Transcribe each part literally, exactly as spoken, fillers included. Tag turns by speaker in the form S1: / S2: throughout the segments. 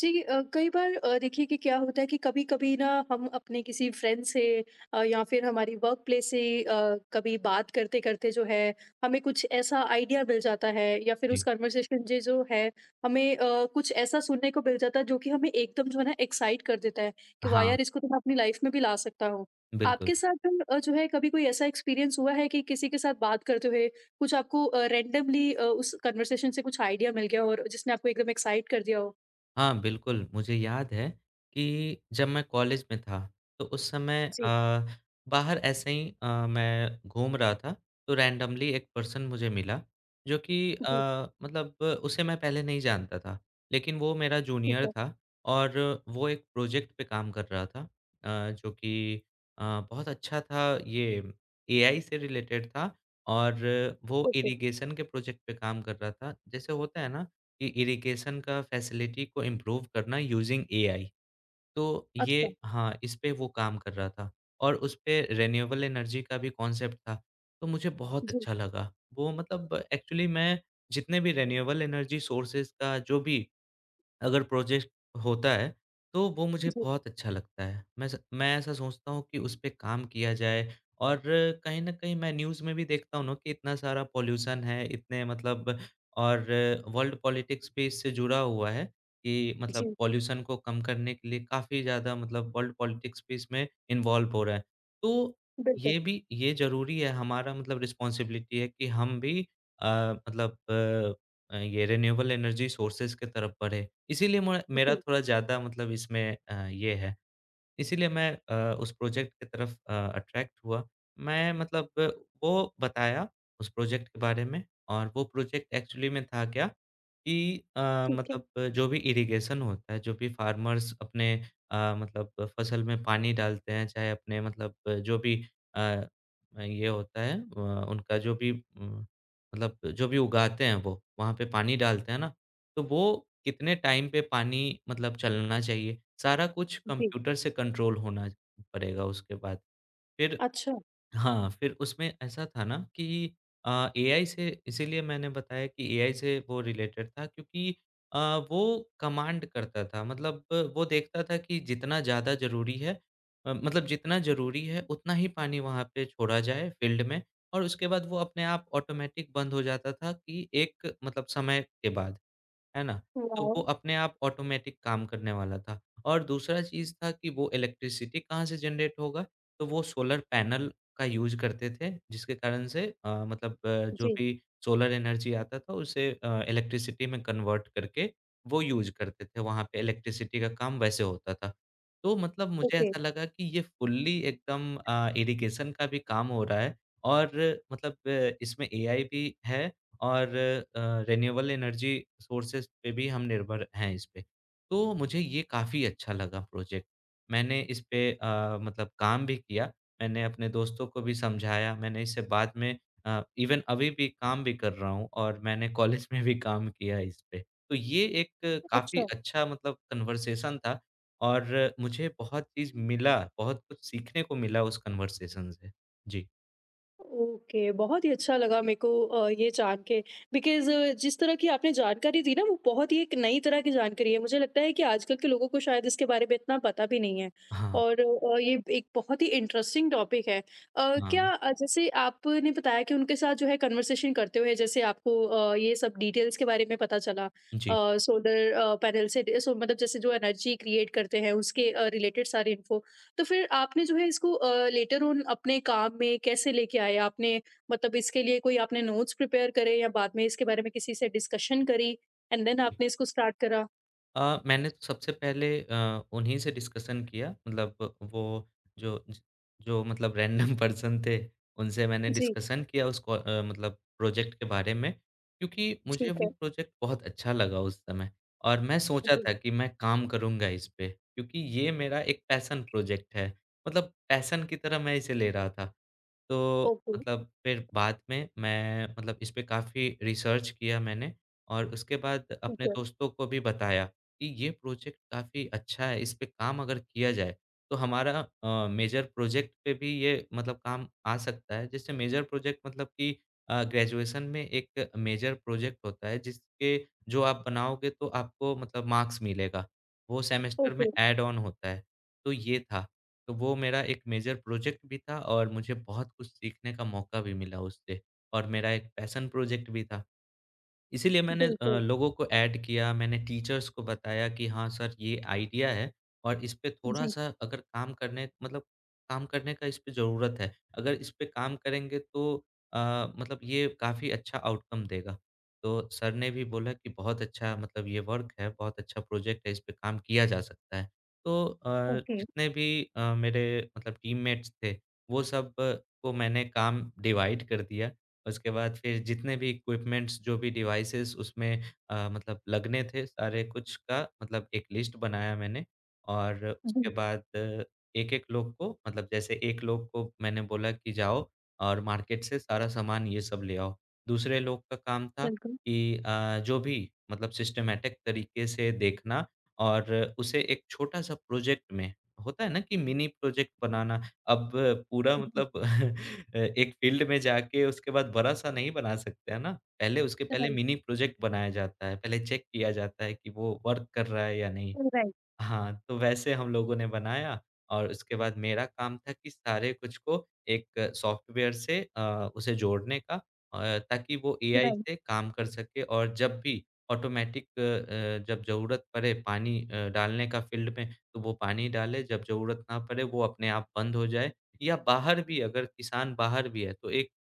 S1: जी, अ, कई बार, अ, देखिए कि क्या होता है कि कभी-कभी ना हम अपने किसी फ्रेंड से, अ, या फिर हमारी वर्क प्लेस से, अ, कभी बात करते-करते जो है हमें कुछ ऐसा आइडिया मिल जाता है या फिर उस
S2: जी।
S1: कन्वर्सेशन जे जो है हमें अ, कुछ ऐसा सुनने को मिल जाता है जो कि हमें एकदम जो है ना एक्साइट कर देता है कि वाह
S2: हाँ,
S1: यार, इसको तो मैं अपनी लाइफ में भी ला सकता हूँ।
S2: बिल्कुल।
S1: आपके साथ अ, जो है कभी कोई ऐसा एक्सपीरियंस हुआ है कि किसी के साथ बात करते हुए कुछ आपको अ, रैंडमली अ, उस कन्वर्सेशन से कुछ आइडिया मिल गया हो और जिसने आपको एकदम एक्साइट कर दिया हो?
S2: हाँ, बिल्कुल, मुझे याद है कि जब मैं कॉलेज में था, तो उस समय अ, बाहर ऐसे ही अ, मैं घूम रहा था, तो रैंडमली एक पर्सन मुझे मिला, जो कि अ,
S1: जी।
S2: मतलब उसे मैं पहले नहीं जानता था, लेकिन वो मेरा
S1: ठीक
S2: जूनियर
S1: है।
S2: था और वो एक प्रोजेक्ट पे काम कर रहा था अ, जो कि अ, बहुत अच्छा था, ये एआई से रिलेटेड था और वो
S1: ओके।
S2: इरिगेशन के प्रोजेक्ट पे काम कर रहा था। जैसे होता है ना कि इरिगेशन का फैसिलिटी को इम्प्रूव करना यूजिंग एआई तो ये
S1: अच्छा।
S2: हाँ, इस पे वो काम कर रहा था और उस पे रिन्यूएबल एनर्जी का भी कॉन्सेप्ट था, तो मुझे बहुत
S1: जी।
S2: अच्छा लगा। वो मतलब एक्चुअली मैं जितने भी रिन्यूएबल एनर्जी सोर्सेज़ का जो भी अगर प्रोजेक्ट होता है, तो वो मुझे
S1: जी।
S2: बहुत अच्छा लगता है। मैं स मैं ऐसा सोचता हूँ कि उसपे काम किया जाए और कहीं न कहीं मैं न्यूज़ में भी देखता हूँ ना कि इतना सारा पॉल्यूशन है, इतने मतलब और वर्ल्ड पॉलिटिक्स भी इससे जुड़ा हुआ है कि मतलब
S1: जी।
S2: पॉल्यूशन को कम करने के लिए काफ़ी ज़्यादा मतलब वर्ल्ड पॉलिटिक्स भी इसमें इन्वॉल्व हो रहा है। तो
S1: बिल्कुल।
S2: ये भी ये ज़रूरी है, हमारा मतलब रिस्पॉन्सिबिलिटी है कि हम भी अ, मतलब अ, ये रिन्यूएबल एनर्जी सोर्सेज़ की तरफ बढ़े। इसीलिए म मेरा
S1: जी।
S2: थोड़ा ज़्यादा मतलब इसमें अ, ये है। इसीलिए मैं अ, उस प्रोजेक्ट की तरफ अ, अट्रैक्ट हुआ। मैं मतलब अ, वो बताया उस प्रोजेक्ट के बारे में और वो प्रोजेक्ट एक्चुअली में था क्या कि अ,
S1: ठीक है।
S2: मतलब अ, जो भी इरिगेशन होता है, जो भी फार्मर्स अपने अ, मतलब अ, फसल में पानी डालते हैं, चाहे अपने मतलब अ, जो भी अ, ये होता है अ, उनका जो भी उम, मतलब जो भी उगाते हैं वो, वहाँ पे पानी डालते हैं ना, तो वो कितने टाइम पे पानी मतलब चलना चाहिए सारा कुछ
S1: जी।
S2: कंप्यूटर से कंट्रोल होना पड़ेगा उसके बाद। फिर
S1: अच्छा।
S2: हाँ, फिर उसमें ऐसा था ना कि अ, एआई से इसीलिए मैंने बताया कि एआई से वो रिलेटेड था क्योंकि अ, वो कमांड करता था। मतलब वो देखता था कि जितना ज़्यादा ज़रूरी है अ, मतलब जितना ज़रूरी है उतना ही पानी वहाँ पे छोड़ा जाए फ़ील्ड में और उसके बाद वो अपने आप ऑटोमेटिक बंद हो जाता था कि एक मतलब समय के बाद, है ना? तो
S1: वाओ!
S2: वो अपने आप ऑटोमेटिक काम करने वाला था और दूसरा चीज़ था कि वो इलेक्ट्रिसिटी कहाँ से जनरेट होगा? तो वो सोलर पैनल का यूज़ करते थे, जिसके कारण से अ, मतलब अ, जो
S1: जी।
S2: भी सोलर एनर्जी आता था उसे अ, इलेक्ट्रिसिटी में कन्वर्ट करके वो यूज़ करते थे, वहाँ पे इलेक्ट्रिसिटी का काम वैसे होता था। तो मतलब मुझे
S1: ओके।
S2: ऐसा लगा कि ये फुल्ली एकदम अ, इरिगेशन का भी काम हो रहा है और मतलब अ, इसमें एआई भी है और अ, रिन्यूएबल एनर्जी सोर्सेज़ पे भी हम निर्भर हैं इस पे। तो मुझे ये काफ़ी अच्छा लगा प्रोजेक्ट। मैंने इस पे अ, मतलब काम भी किया मैंने अपने दोस्तों को भी समझाया, मैंने इससे बाद में अ, इवन अभी भी काम भी कर रहा हूँ और मैंने कॉलेज में भी काम किया इस पे। तो ये एक काफ़ी
S1: अच्छा।
S2: अच्छा मतलब कन्वर्सेशन था और मुझे बहुत चीज़ मिला, बहुत कुछ सीखने को मिला उस कन्वर्सेशन से। जी।
S1: ओके, बहुत ही अच्छा लगा मेरे को अ, ये जान के, बिकॉज़ जिस तरह की आपने जानकारी दी ना वो बहुत ही एक नई तरह की जानकारी है। मुझे लगता है कि आजकल के लोगों को शायद इसके बारे में इतना पता भी नहीं है
S2: हाँ,
S1: और अ, ये एक बहुत ही इंटरेस्टिंग टॉपिक है। अ, क्या
S2: हाँ।
S1: अ, जैसे आपने बताया कि उनके साथ जो है कन्वर्सेशन करते हुए जैसे आपको अ, ये सब डिटेल्स के बारे में पता चला, अ,
S2: जी,
S1: सोलर अ, पैनल से, सो मतलब जैसे जो एनर्जी क्रिएट करते हैं उसके अ, रिलेटेड सारी इन्फो। तो फिर आपने जो है इसको अ, लेटर ऑन अपने काम में कैसे लेके आए? आपने मतलब इसके लिए कोई आपने नोट्स प्रिपेयर करे या बाद में इसके बारे में किसी से डिस्कशन करी एंड देन
S2: जी।
S1: आपने इसको स्टार्ट करा?
S2: अ, मैंने तो सबसे पहले अ, उन्हीं से डिस्कशन किया मतलब वो जो ज जो मतलब रैंडम पर्सन थे, उनसे मैंने
S1: जी।
S2: डिस्कशन किया उसको अ, मतलब प्रोजेक्ट के बारे में, क्योंकि मुझे
S1: ठीक
S2: वो
S1: है।
S2: प्रोजेक्ट बहुत अच्छा लगा उस समय और मैं सोचा
S1: जी।
S2: था कि मैं काम करूँगा इस पे, क्योंकि ये मेरा एक पैशन प्रोजेक्ट है, मतलब पैशन की तरह मैं इसे ले रहा था। तो
S1: ओके।
S2: मतलब फिर बाद में मैं मतलब इस पे काफ़ी रिसर्च किया मैंने और उसके बाद
S1: ठीक
S2: अपने
S1: है।
S2: दोस्तों को भी बताया कि ये प्रोजेक्ट काफ़ी अच्छा है, इस पे काम अगर किया जाए, तो हमारा अ, मेजर प्रोजेक्ट पे भी ये मतलब काम आ सकता है। जैसे मेजर प्रोजेक्ट मतलब कि अ, ग्रेजुएशन में एक मेजर प्रोजेक्ट होता है, जिसके जो आप बनाओगे तो आपको मतलब मार्क्स मिलेगा। वो सेमेस्टर
S1: ओके।
S2: में ऐड ऑन होता है, तो ये था। तो वो मेरा एक मेजर प्रोजेक्ट भी था और मुझे बहुत कुछ सीखने का मौका भी मिला उससे और मेरा एक पैशन प्रोजेक्ट भी था। इसीलिए मैंने अ,
S1: बिल्कुल।
S2: लोगों को ऐड किया, मैंने टीचर्स को बताया कि हाँ सर ये आइडिया है और इस पे
S1: जी।
S2: थोड़ा-सा अगर काम करने मतलब काम करने का इस पे ज़रूरत है। अगर इस पे काम करेंगे तो अ, मतलब ये काफ़ी अच्छा आउटकम देगा। तो सर ने भी बोला कि बहुत अच्छा मतलब ये वर्क है, बहुत अच्छा प्रोजेक्ट है, इस पे काम किया जा सकता है। तो अ,
S1: ओके।
S2: जितने भी अ, मेरे मतलब टीममेट्स थे, वो सब को मैंने काम डिवाइड कर दिया उसके बाद फिर जितने भी इक्विपमेंट्स जो भी डिवाइसेस उसमें अ, मतलब लगने थे सारे कुछ का मतलब एक लिस्ट बनाया मैंने और उसके
S1: जी।
S2: बाद एक-एक लोग को मतलब जैसे एक लोग को मैंने बोला कि जाओ और मार्केट से सारा सामान ये सब ले आओ। दूसरे लोग का काम था
S1: बिल्कुल।
S2: कि अ, जो भी मतलब सिस्टमैटिक तरीके से देखना और उसे एक छोटा-सा प्रोजेक्ट में होता है ना कि मिनी प्रोजेक्ट बनाना अब पूरा
S1: जी।
S2: मतलब अ, एक फ़ील्ड में जाके उसके बाद बड़ा-सा नहीं बना सकते, है ना? पहले उसके पहले
S1: राइट,
S2: मिनी प्रोजेक्ट बनाया जाता है, पहले चेक किया जाता है कि वो वर्क कर रहा है या नहीं।
S1: राइट,
S2: हाँ, तो वैसे हम लोगों ने बनाया और उसके बाद मेरा काम था कि सारे कुछ को एक सॉफ्टवेयर से अ, उसे जोड़ने का अ, ताकि वो एआई
S1: राइट।
S2: से काम कर सके और जब भी ऑटोमेटिक अ, जब ज़रूरत पड़े पानी अ, डालने का फ़ील्ड में, तो वो पानी डाले, जब ज़रूरत ना पड़े वो अपने आप बंद हो जाए। या बाहर भी अगर किसान बाहर भी है तो एक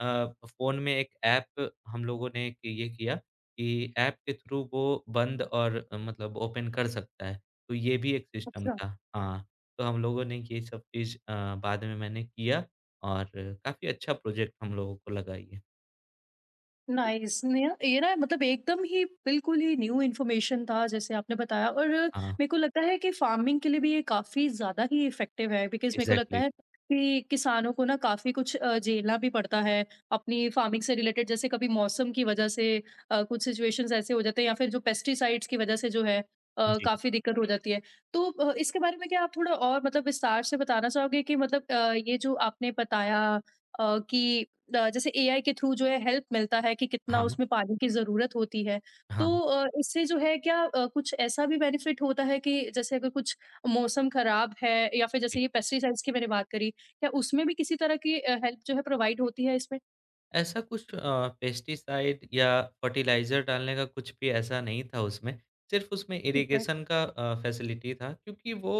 S2: अ, फ़ोन में एक ऐप हम लोगों ने एक ये किया कि ऐप के थ्रू वो बंद और अ, मतलब ओपन कर सकता है। तो ये भी एक सिस्टम
S1: अच्छा।
S2: था। हाँ, तो हम लोगों ने ये सब चीज़ अ, बाद में मैंने किया और काफ़ी अच्छा प्रोजेक्ट हम लोगों को लगा ये।
S1: नाइस। नया ये ना, मतलब एकदम ही बिल्कुल ही न्यू इन्फॉर्मेशन था जैसे आपने बताया, और
S2: हाँ,
S1: मेरे को लगता है कि फार्मिंग के लिए भी ये काफ़ी ज़्यादा ही इफ़ेक्टिव है, बिकॉज़ मेरे को लगता
S2: एग्ज़ैक्टली।
S1: है कि किसानों को ना काफ़ी कुछ अ, झेलना भी पड़ता है अपनी फार्मिंग से रिलेटेड, जैसे कभी मौसम की वजह से अ, कुछ सिचुएशंस ऐसे हो जाते हैं या फिर जो पेस्टिसाइड्स की वजह से जो है अ,
S2: जी।
S1: काफ़ी दिक्कत हो जाती है। तो अ, इसके बारे में क्या आप थोड़ा और मतलब विस्तार से बताना चाहोगे कि मतलब, अ, ये जो आपने बताया, अ, कि अ, जैसे एआई के थ्रू जो है हेल्प मिलता है कि कितना
S2: हाँ,
S1: उसमें पानी की ज़रूरत होती है। तो
S2: हाँ।
S1: अ, इससे जो है क्या अ, कुछ ऐसा भी बेनिफिट होता है कि जैसे अगर कुछ मौसम खराब है या फिर जैसे ये पेस्टिसाइड्स की मैंने बात करी, क्या उसमें भी किसी तरह की अ, हेल्प जो है प्रोवाइड होती है इसमें?
S2: ऐसा कुछ अ, पेस्टिसाइड या फर्टिलाइज़र डालने का कुछ भी ऐसा नहीं था उसमें, सिर्फ़ उसमें
S1: ठीक है।
S2: इरिगेशन का अ, फैसिलिटी था क्योंकि वो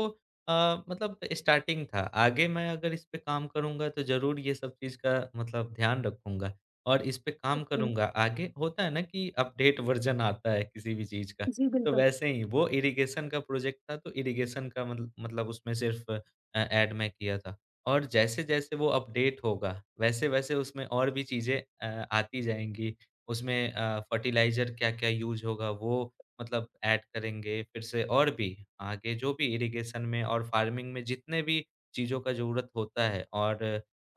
S2: अ, मतलब स्टार्टिंग था। आगे मैं अगर इस पे काम करूँगा तो ज़रूर ये सब चीज़ का मतलब ध्यान रखूँगा और इस पे काम
S1: ओके।
S2: करूँगा। आगे होता है ना कि अपडेट वर्ज़न आता है किसी भी चीज़ का,
S1: जी,
S2: तो
S1: बिल्कुल,
S2: वैसे ही वो इरिगेशन का प्रोजेक्ट था तो इरिगेशन का मतल मतलब उसमें सिर्फ़ अ, ऐड मैं किया था। और जैसे-जैसे वो अपडेट होगा, वैसे-वैसे उसमें और भी चीज़ें अ, आती जाएँगी। उसमें अ, फर्टिलाइज़र क्या-क्या यूज़ होगा वो मतलब ऐड करेंगे फिर से और भी आगे जो भी इरिगेशन में और फार्मिंग में जितने भी चीज़ों का ज़रूरत होता है और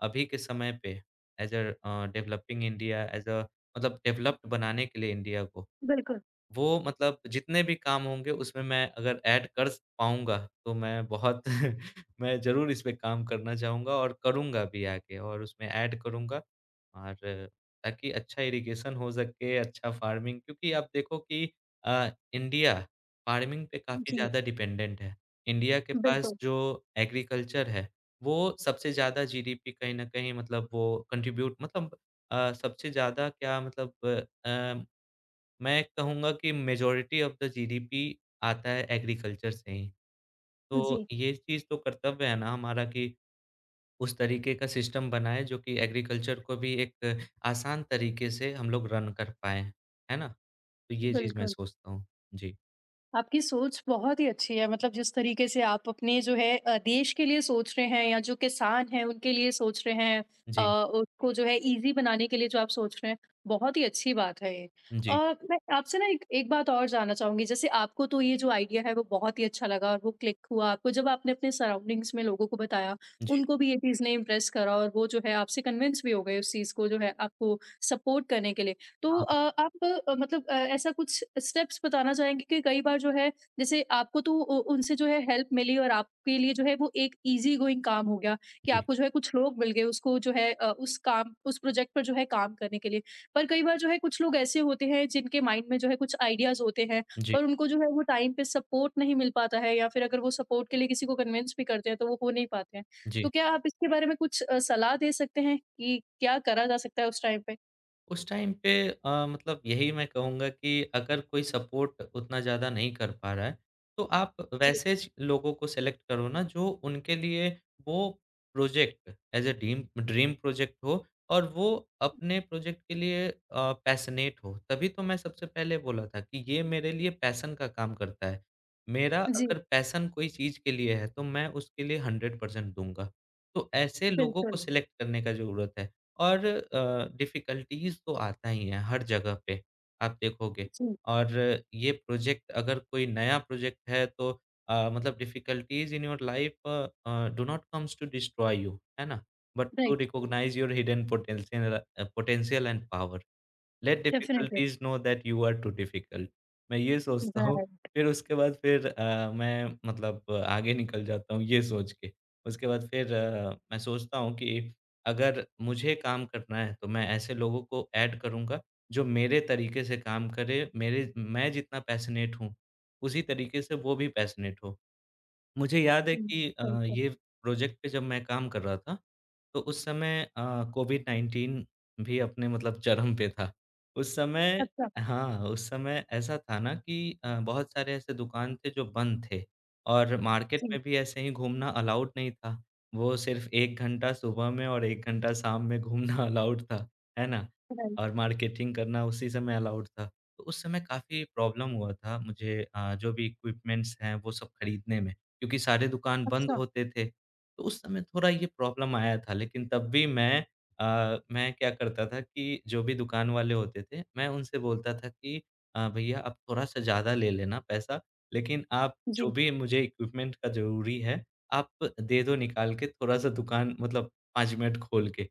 S2: अभी के समय पे as a uh, developing India as a मतलब डेवलप्ड बनाने के लिए इंडिया को
S1: बिल्कुल।
S2: वो मतलब जितने भी काम होंगे उसमें मैं अगर ऐड कर स पाऊँगा तो मैं बहुत मैं ज़रूर इस पे काम करना चाहूँगा और करूँगा भी आगे और उसमें ऐड करूँगा और ताकि अच्छा इरिगेशन हो सके, अच्छा फार्मिंग क्योंकि आप देखो कि अ, इंडिया फार्मिंग पे काफ़ी
S1: जी,
S2: ज़्यादा डिपेंडेंट है। इंडिया के पास
S1: बिल्कुल।
S2: जो एग्रीकल्चर है, वो सबसे ज़्यादा जीडीपी कहीं न कहीं मतलब वो कंट्रीब्यूट मतलब अ, सबसे ज़्यादा क्या मतलब अ मैं कहूँगा कि मेजॉरिटी ऑफ़ द जीडीपी आता है एग्रीकल्चर से ही। तो
S1: जी,
S2: ये चीज़ तो कर्तव्य है ना हमारा कि उस तरीके का सिस्टम बनाएँ जो कि एग्रीकल्चर को भी एक आसान तरीके से हम लोग रन कर पाएँ। है ना? तो ये चीज़ मैं
S1: बिल्कुल।
S2: सोचता हूँ। जी।
S1: आपकी सोच बहुत ही अच्छी है, मतलब जिस तरीके से आप अपने जो है अ, देश के लिए सोच रहे हैं या जो किसान हैं उनके लिए सोच रहे हैं, अ,
S2: जी।
S1: उसको जो है इजी बनाने के लिए जो आप सोच रहे हैं, बहुत ही अच्छी बात है ये।
S2: जी।
S1: और मैं आपसे ना एक एक बात और जानना चाहूंगी। जैसे आपको तो ये जो आइडिया है वो बहुत ही अच्छा लगा और वो क्लिक हुआ, आपको जब आपने अपने सराउंडिंग्स में लोगों को बताया,
S2: जी।
S1: उनको भी ये चीज़ ने इम्प्रेस करा और वो जो है आपसे कन्विंस भी हो गए उस चीज़ को जो है आपको सपोर्ट करने के लिए। तो
S2: हाँ।
S1: अ, आप अ, मतलब अ, ऐसा कुछ स्टेप्स बताना चाहेंगे कि कई बार जो है, जैसे आपको तो उ उनसे जो है हेल्प मिली और आपके लिए जो है वो एक ईज़ी गोइंग काम हो गया, कि
S2: जी।
S1: आपको जो है कुछ लोग मिल गए उसको जो है अ, उस काम, उस प्रोजेक्ट पर जो है काम करने के लिए। पर कई बार जो है कुछ लोग ऐसे होते हैं जिनके माइंड में जो है कुछ आइडियाज़ होते हैं,
S2: जी।
S1: पर उनको जो है वो टाइम पे सपोर्ट नहीं मिल पाता है या फिर अगर वो सपोर्ट के लिए किसी को कन्विंस भी करते हैं तो वो हो नहीं पाते हैं।
S2: जी।
S1: तो क्या आप इसके बारे में कुछ अ, सलाह दे सकते हैं कि क्या करा जा सकता है उस टाइम पे?
S2: उस टाइम पे अ, मतलब यही मैं कहूँगा कि अगर कोई सपोर्ट उतना ज़्यादा नहीं कर पा रहा है, तो आप
S1: जी।
S2: वैसे ज लोगों को सेलेक्ट करो ना जो उनके लिए वो project as a deem dream project हो और वो अपने प्रोजेक्ट के लिए अ, पैशनेट हो। तभी तो मैं सबसे पहले बोला था कि ये मेरे लिए पैशन का काम करता है। मेरा
S1: जी।
S2: अगर पैशन कोई चीज़ के लिए है, तो मैं उसके लिए हंड्रेड परसेंट दूँगा। तो ऐसे लोगों को
S1: बिल्कुल।
S2: सेलेक्ट करने का ज़रूरत है। और अ, डिफ़िकल्टीज़ तो आता ही है हर जगह पे, आप देखोगे
S1: जी।
S2: और ये प्रोजेक्ट अगर कोई नया प्रोजेक्ट है तो अ, मतलब difficulties in your life uh, do not comes to destroy you, है ना? But to
S1: right.
S2: Recognise your hidden potential uh, potential and power. Let
S1: definitely.
S2: Difficulties know that you are too difficult. मैं ये सोचता हूँ,
S1: right.
S2: फिर उसके बाद फिर अ, मैं मतलब अ, आगे निकल जाता हूँ ये सोच के। उसके बाद फिर अ, मैं सोचता हूँ कि अगर मुझे काम करना है तो मैं ऐसे लोगों को ऐड करूँगा जो मेरे तरीके से काम करे, मेरे मैं जितना पैशनेट हूँ, उसी तरीके से वो भी पैशनेट हो। मुझे याद है
S1: हुँ।
S2: कि अ,
S1: बिल्कुल।
S2: ये प्रोजेक्ट पे जब मैं काम कर रहा था, तो उस समय अ, कोविड-नाइनटीन भी अपने मतलब चरम पे था। उस समय
S1: अच्छा।
S2: हाँ, उस समय ऐसा था ना कि अ, बहुत सारे ऐसे दुकान थे जो बंद थे और मार्केट
S1: जी।
S2: में भी ऐसे ही घूमना अलाउड नहीं था। वो सिर्फ़ एक घंटा सुबह में और एक घंटा शाम में घूमना अलाउड था, है ना?
S1: राइट।
S2: और मार्केटिंग करना उसी समय अलाउड था। तो उस समय काफ़ी प्रॉब्लम हुआ था मुझे अ, जो भी इक्विपमेंट्स हैं, वो सब खरीदने में। क्योंकि सारे दुकान बंद
S1: अच्छा।
S2: होते थे। तो उस समय थोड़ा ये प्रॉब्लम आया था, लेकिन तब भी मैं अ, मैं क्या करता था कि जो भी दुकान वाले होते थे, मैं उनसे बोलता था कि अ, भैया आप थोड़ा-सा ज़्यादा ले लेना पैसा, लेकिन आप जो
S1: जी।
S2: भी मुझे इक्विपमेंट का ज़रूरी है, आप दे दो निकाल के थोड़ा-सा दुकान मतलब पाँच मिनट खोल के।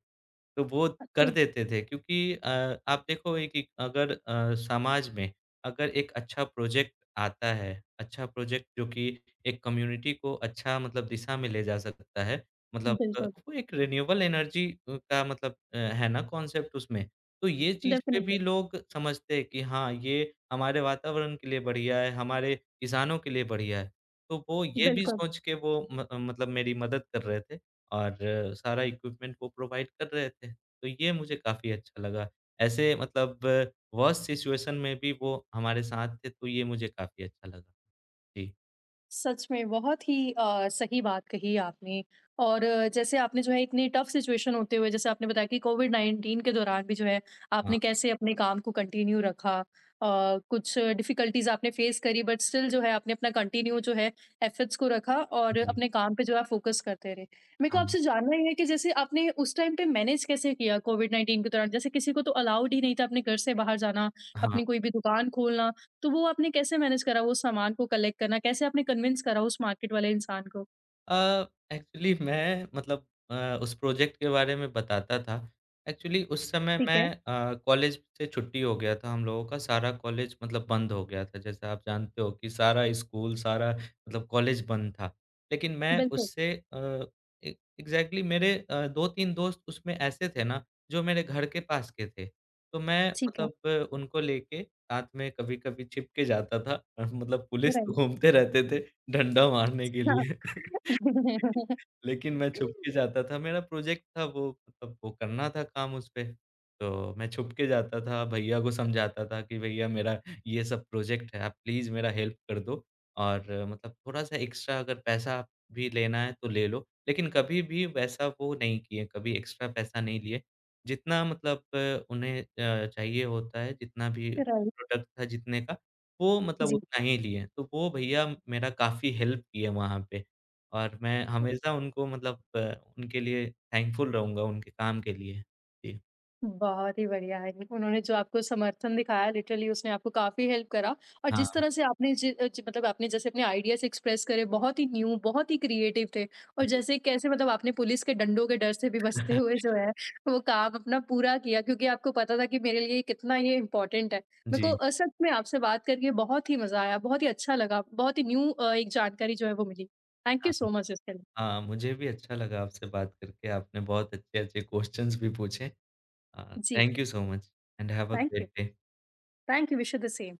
S2: तो वो कर
S1: अच्छा।
S2: देते थे, क्योंकि अ, आप देखो एक एक अगर अ, समाज में अगर एक अच्छा प्रोजेक्ट आता है, अच्छा प्रोजेक्ट जो कि एक कम्युनिटी को अच्छा मतलब दिशा में ले जा सकता है, मतलब अ,
S1: बिल्कुल।
S2: वो एक रिन्यूएबल एनर्जी अ, का मतलब अ, है ना कॉन्सेप्ट उसमें। तो ये चीज़ पे
S1: डेफ़िनेटली।
S2: भी लोग समझते हैं कि हाँ, ये हमारे वातावरण के लिए बढ़िया है, हमारे किसानों के लिए बढ़िया है। तो वो ये भी
S1: बिल्कुल।
S2: सोच के वो म मतलब मेरी मदद कर रहे थे। और सारा इक्विपमेंट वो प्रोवाइड कर रहे थे। तो ये मुझे काफ़ी अच्छा लगा। ऐसे मतलब वर्स्ट सिचुएशन में भी वो हमारे साथ थे, तो ये मुझे काफ़ी अच्छा लगा। जी।
S1: सच में बहुत ही अ, सही बात कही आपने। और अ, जैसे आपने जो है इतनी टफ सिचुएशन होते हुए, जैसे आपने बताया कि कोविड उन्नीस के दौरान भी जो है
S2: हाँ,
S1: आपने कैसे अपने काम को कंटिन्यू रखा, अ, कुछ डिफिकल्टीज आपने फेस करी बट स्टिल जो है आपने अपना कंटिन्यू जो है एफर्ट्स को रखा और
S2: जी।
S1: अपने काम पे जो है फोकस करते रहे। मेरे
S2: हाँ,
S1: को आपसे जानना ही है कि जैसे आपने उस टाइम पे मैनेज कैसे किया कोविड उन्नीस के दौरान, जैसे किसी को तो अलाउड ही नहीं था अपने घर से बाहर जाना,
S2: हाँ।
S1: अपनी कोई भी दुकान खोलना। तो वो आपने कैसे मैनेज करा वो सामान को कलेक्ट करना? कैसे आपने कन्विंस करा उस मार्केट वाले इंसान को?
S2: अ, एक्चुअली मैं मतलब अ, उस प्रोजेक्ट के बारे में बताता था। एक्चुअली उस समय
S1: ठीक
S2: मैं
S1: है।
S2: अ, कॉलेज से छुट्टी हो गया था हम लोगों का, सारा कॉलेज मतलब बंद हो गया था। जैसे आप जानते हो कि सारा स्कूल, सारा मतलब कॉलेज बंद था। लेकिन मैं
S1: बिल्कुल।
S2: उससे अ, ए एग्ज़ैक्टली मेरे अ, दो तीन दोस्त उसमें ऐसे थे ना, जो मेरे घर के पास के थे। तो मैं
S1: ठीक है।
S2: मतलब अ, उनको लेके साथ में कभी-कभी छिप के जाता था। अ, मतलब पुलिस तो
S1: राइट।
S2: घूमते रहते थे, डंडा मारने के
S1: हाँ।
S2: लिए। लेकिन लेकिन मैं छुप के जाता था, मेरा प्रोजेक्ट था वो मतलब वो करना था काम उस पे, तो मैं छुप के जाता था, भैया को समझाता था कि भैया मेरा ये सब प्रोजेक्ट है, आप प्लीज़ मेरा हेल्प कर दो और मतलब थोड़ा-सा एक्स्ट्रा अगर पैसा आप भी लेना है तो ले लो। लेकिन कभी भी वैसा वो नहीं किए, कभी एक्स्ट्रा पैसा नहीं लिए। जितना मतलब अ, उन्हें अ, चाहिए होता है, जितना भी
S1: राइट।
S2: प्रोडक्ट था जितने का, वो मतलब
S1: जी।
S2: उतना ही लिए। तो वो भैया मेरा काफ़ी हेल्प किए वहाँ पे। और मैं हमेशा उनको मतलब अ, उनके लिए थैंकफुल रहूँगा उनके काम के लिए। जी,
S1: बहुत ही बढ़िया है। उन्होंने जो आपको समर्थन दिखाया लिटरली उसने आपको काफ़ी हेल्प करा। और
S2: हाँ,
S1: जिस तरह से आपने जि अ, जि मतलब आपने जैसे अपने आइडियाज़ एक्सप्रेस करे बहुत ही न्यू, बहुत ही क्रिएटिव थे, और
S2: जी।
S1: जैसे कैसे मतलब आपने पुलिस के डंडों के डर से भी बचते हुए जो है वो काम अपना पूरा किया, क्योंकि आपको पता था कि मेरे लिए कितना ये इम्पोर्टेंट है। मेरे को
S2: जी,
S1: अ, सच में आपसे बात करके बहुत ही मज़ा आया, बहुत ही अच्छा लगा, बहुत ही न्यू अ, एक जानकारी जो है वो मिली। थैंक यू
S2: हाँ,
S1: सो मच इसके लिए।
S2: हाँ, मुझे भी अच्छा लगा आपसे बात करके, आपने बहुत अच्छे-अच्छे क्वेश्चन्स भी पूछे। अ,
S1: जी,
S2: thank you so much and have a
S1: thank you.
S2: Great day.
S1: Thank you, wish you the same.